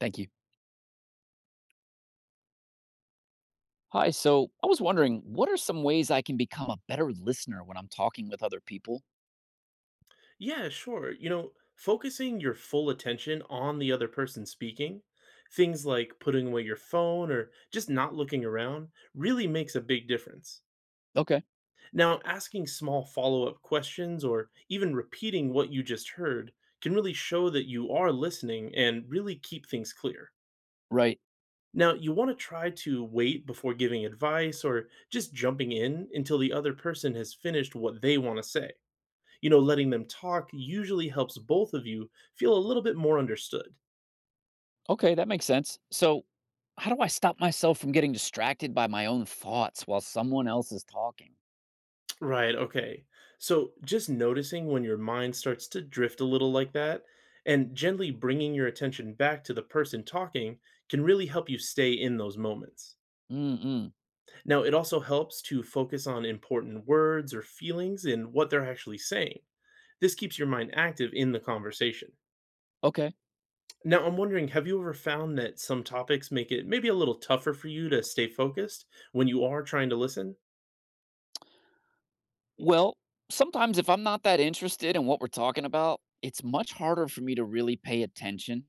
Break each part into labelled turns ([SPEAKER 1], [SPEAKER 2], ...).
[SPEAKER 1] Thank you. Hi. So I was wondering, what are some ways I can become a better listener when I'm talking with other people?
[SPEAKER 2] Yeah, sure. Focusing your full attention on the other person speaking, things like putting away your phone or just not looking around, really makes a big difference.
[SPEAKER 1] Okay.
[SPEAKER 2] Now, asking small follow up questions or even repeating what you just heard can really show that you are listening and really keep things clear.
[SPEAKER 1] Right.
[SPEAKER 2] Now, you want to try to wait before giving advice or just jumping in until the other person has finished what they want to say. Letting them talk usually helps both of you feel a little bit more understood.
[SPEAKER 1] Okay, that makes sense. So, how do I stop myself from getting distracted by my own thoughts while someone else is talking?
[SPEAKER 2] Right, okay. So just noticing when your mind starts to drift a little like that and gently bringing your attention back to the person talking can really help you stay in those moments.
[SPEAKER 1] Mm-mm.
[SPEAKER 2] Now, it also helps to focus on important words or feelings and what they're actually saying. This keeps your mind active in the conversation.
[SPEAKER 1] Okay.
[SPEAKER 2] Now, I'm wondering have you ever found that some topics make it maybe a little tougher for you to stay focused when you are trying to listen?
[SPEAKER 1] Well, sometimes if I'm not that interested in what we're talking about, it's much harder for me to really pay attention.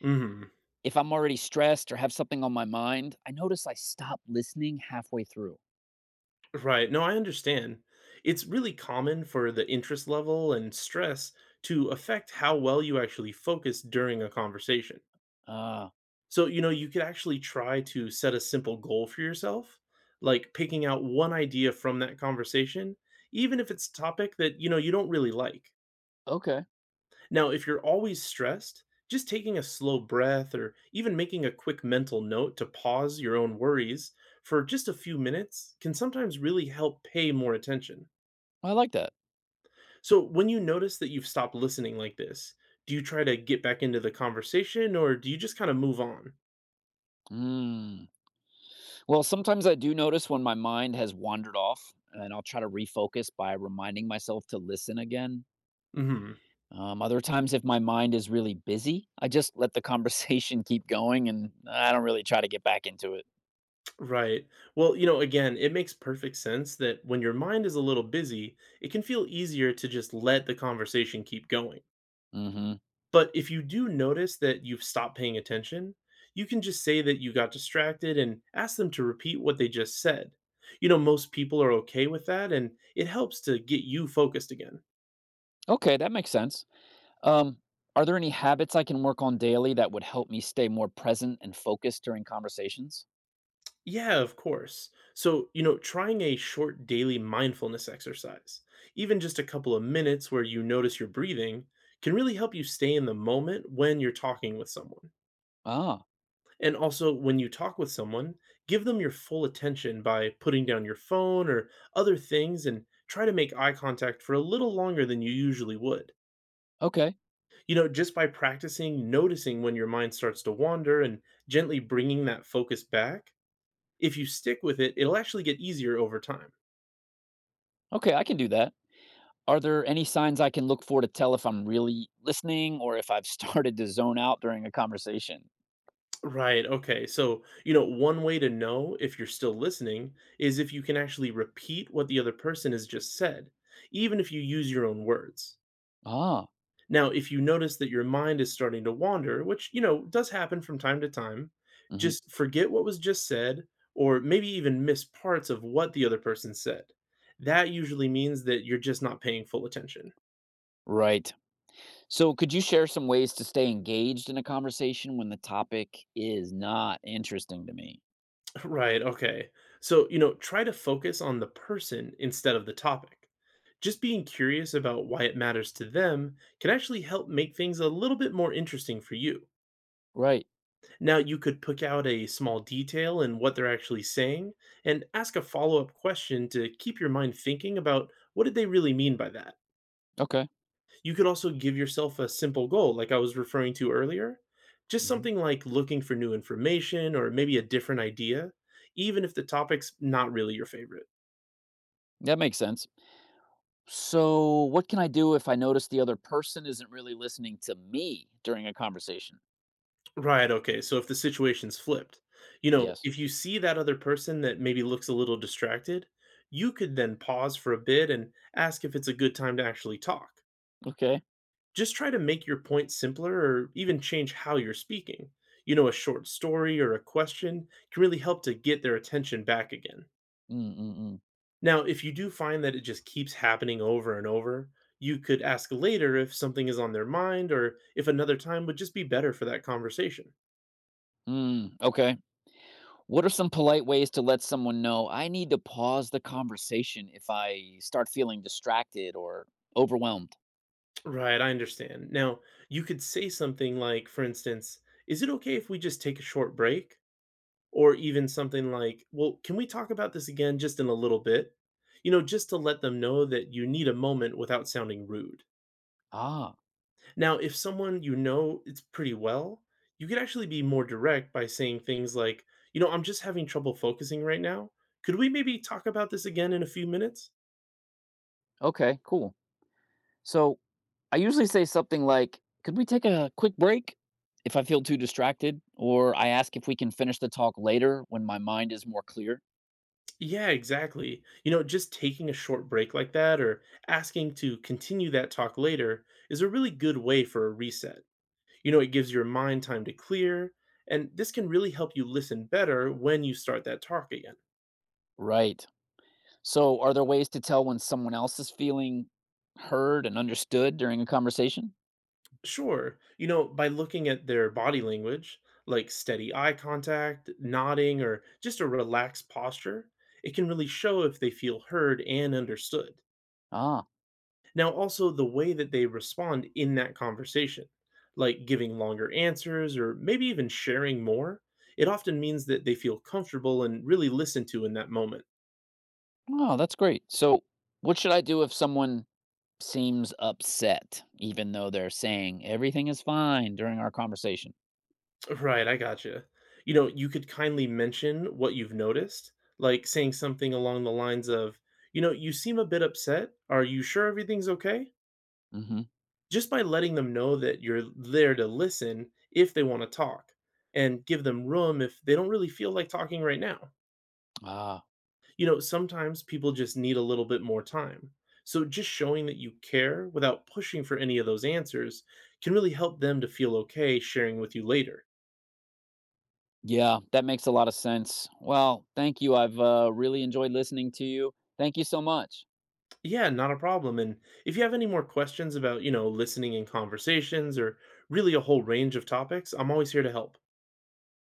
[SPEAKER 2] Mhm.
[SPEAKER 1] If I'm already stressed or have something on my mind, I notice I stop listening halfway through.
[SPEAKER 2] Right. No, I understand. It's really common for the interest level and stress to affect how well you actually focus during a conversation.
[SPEAKER 1] Ah.
[SPEAKER 2] So, you could actually try to set a simple goal for yourself, like picking out one idea from that conversation, even if it's a topic that, you don't really like.
[SPEAKER 1] Okay.
[SPEAKER 2] Now, if you're always stressed, just taking a slow breath or even making a quick mental note to pause your own worries for just a few minutes can sometimes really help pay more attention.
[SPEAKER 1] I like that.
[SPEAKER 2] So, when you notice that you've stopped listening like this, do you try to get back into the conversation or do you just kind of move on?
[SPEAKER 1] Mm. Well, sometimes I do notice when my mind has wandered off, and I'll try to refocus by reminding myself to listen again.
[SPEAKER 2] Hmm.
[SPEAKER 1] Other times, if my mind is really busy, I just let the conversation keep going and I don't really try to get back into it.
[SPEAKER 2] Right. Well, again, it makes perfect sense that when your mind is a little busy, it can feel easier to just let the conversation keep going.
[SPEAKER 1] Hmm.
[SPEAKER 2] But if you do notice that you've stopped paying attention, you can just say that you got distracted and ask them to repeat what they just said. Most people are okay with that, and it helps to get you focused again.
[SPEAKER 1] Okay, that makes sense. Um, are there any habits I can work on daily that would help me stay more present and focused during conversations?
[SPEAKER 2] Yeah, of course. So, trying a short daily mindfulness exercise, even just a couple of minutes where you notice your breathing, can really help you stay in the moment when you're talking with someone.
[SPEAKER 1] Ah,
[SPEAKER 2] And also, when you talk with someone, give them your full attention by putting down your phone or other things and try to make eye contact for a little longer than you usually would.
[SPEAKER 1] okay.
[SPEAKER 2] Just by practicing noticing when your mind starts to wander and gently bringing that focus back, if you stick with it, it'll actually get easier over time.
[SPEAKER 1] Okay, I can do that. Are there any signs I can look for to tell if I'm really listening or if I've started to zone out during a conversation?
[SPEAKER 2] Right. Okay. So, one way to know if you're still listening is if you can actually repeat what the other person has just said, even if you use your own words.
[SPEAKER 1] Ah,
[SPEAKER 2] Now, if you notice that your mind is starting to wander, which, does happen from time to time,
[SPEAKER 1] mhm.
[SPEAKER 2] just forget what was just said or maybe even miss parts of what the other person said. That usually means that you're just not paying full attention.
[SPEAKER 1] Right. So, could you share some ways to stay engaged in a conversation when the topic is not interesting to me?
[SPEAKER 2] Right, okay. So, try to focus on the person instead of the topic. Just being curious about why it matters to them can actually help make things a little bit more interesting for you.
[SPEAKER 1] Right.
[SPEAKER 2] Now you could pick out a small detail in what they're actually saying and ask a follow-up question to keep your mind thinking about what did they really mean by that.
[SPEAKER 1] Okay.
[SPEAKER 2] You could also give yourself a simple goal like I was referring to earlier, just
[SPEAKER 1] Hmm.
[SPEAKER 2] something like looking for new information or maybe a different idea, even if the topic's not really your favorite.
[SPEAKER 1] That makes sense. So, what can I do if I notice the other person isn't really listening to me during a conversation?
[SPEAKER 2] Right, okay. So if the situation's flipped,
[SPEAKER 1] Yes.
[SPEAKER 2] if you see that other person that maybe looks a little distracted, you could then pause for a bit and ask if it's a good time to actually talk.
[SPEAKER 1] Okay.
[SPEAKER 2] Just try to make your point simpler or even change how you're speaking. A short story or a question can really help to get their attention back again.
[SPEAKER 1] Mm-mm-mm.
[SPEAKER 2] Now, if you do find that it just keeps happening over and over, you could ask later if something is on their mind or if another time would just be better for that conversation.
[SPEAKER 1] Mm, okay. What are some polite ways to let someone know I need to pause the conversation if I start feeling distracted or overwhelmed?
[SPEAKER 2] Right, I understand. Now, you could say something like, for instance, is it okay if we just take a short break? Or even something like, "Well, can we talk about this again just in a little bit?" Just to let them know that you need a moment without sounding rude.
[SPEAKER 1] Ah,
[SPEAKER 2] Now, if someone you know it's pretty well, you could actually be more direct by saying things like, "You know, I'm just having trouble focusing right now. Could we maybe talk about this again in a few minutes?"
[SPEAKER 1] okay, cool. So I usually say something like, could we take a quick break if I feel too distracted? Or I ask if we can finish the talk later when my mind is more clear.
[SPEAKER 2] Yeah, exactly. Just taking a short break like that or asking to continue that talk later is a really good way for a reset. It gives your mind time to clear, and this can really help you listen better when you start that talk again.
[SPEAKER 1] Right. So are there ways to tell when someone else is feeling heard and understood during a conversation?
[SPEAKER 2] Sure, by looking at their body language, like steady eye contact, nodding, or just a relaxed posture, it can really show if they feel heard and understood.
[SPEAKER 1] Ah,
[SPEAKER 2] Now, also the way that they respond in that conversation, like giving longer answers or maybe even sharing more, it often means that they feel comfortable and really listened to in that moment.
[SPEAKER 1] oh, that's great. So what should I do if someone seems upset, even though they're saying everything is fine during our conversation?
[SPEAKER 2] Right, I gotcha. You could kindly mention what you've noticed, like saying something along the lines of, you seem a bit upset. Are you sure everything's okay?
[SPEAKER 1] Mm-hmm.
[SPEAKER 2] Just by letting them know that you're there to listen if they want to talk and give them room if they don't really feel like talking right now.
[SPEAKER 1] Ah,
[SPEAKER 2] Sometimes people just need a little bit more time. So just showing that you care without pushing for any of those answers can really help them to feel okay sharing with you later.
[SPEAKER 1] yeah, that makes a lot of sense. Well, thank you. I've really enjoyed listening to you. Thank you so much.
[SPEAKER 2] Yeah, not a problem. And if you have any more questions about, listening in conversations or really a whole range of topics, I'm always here to help.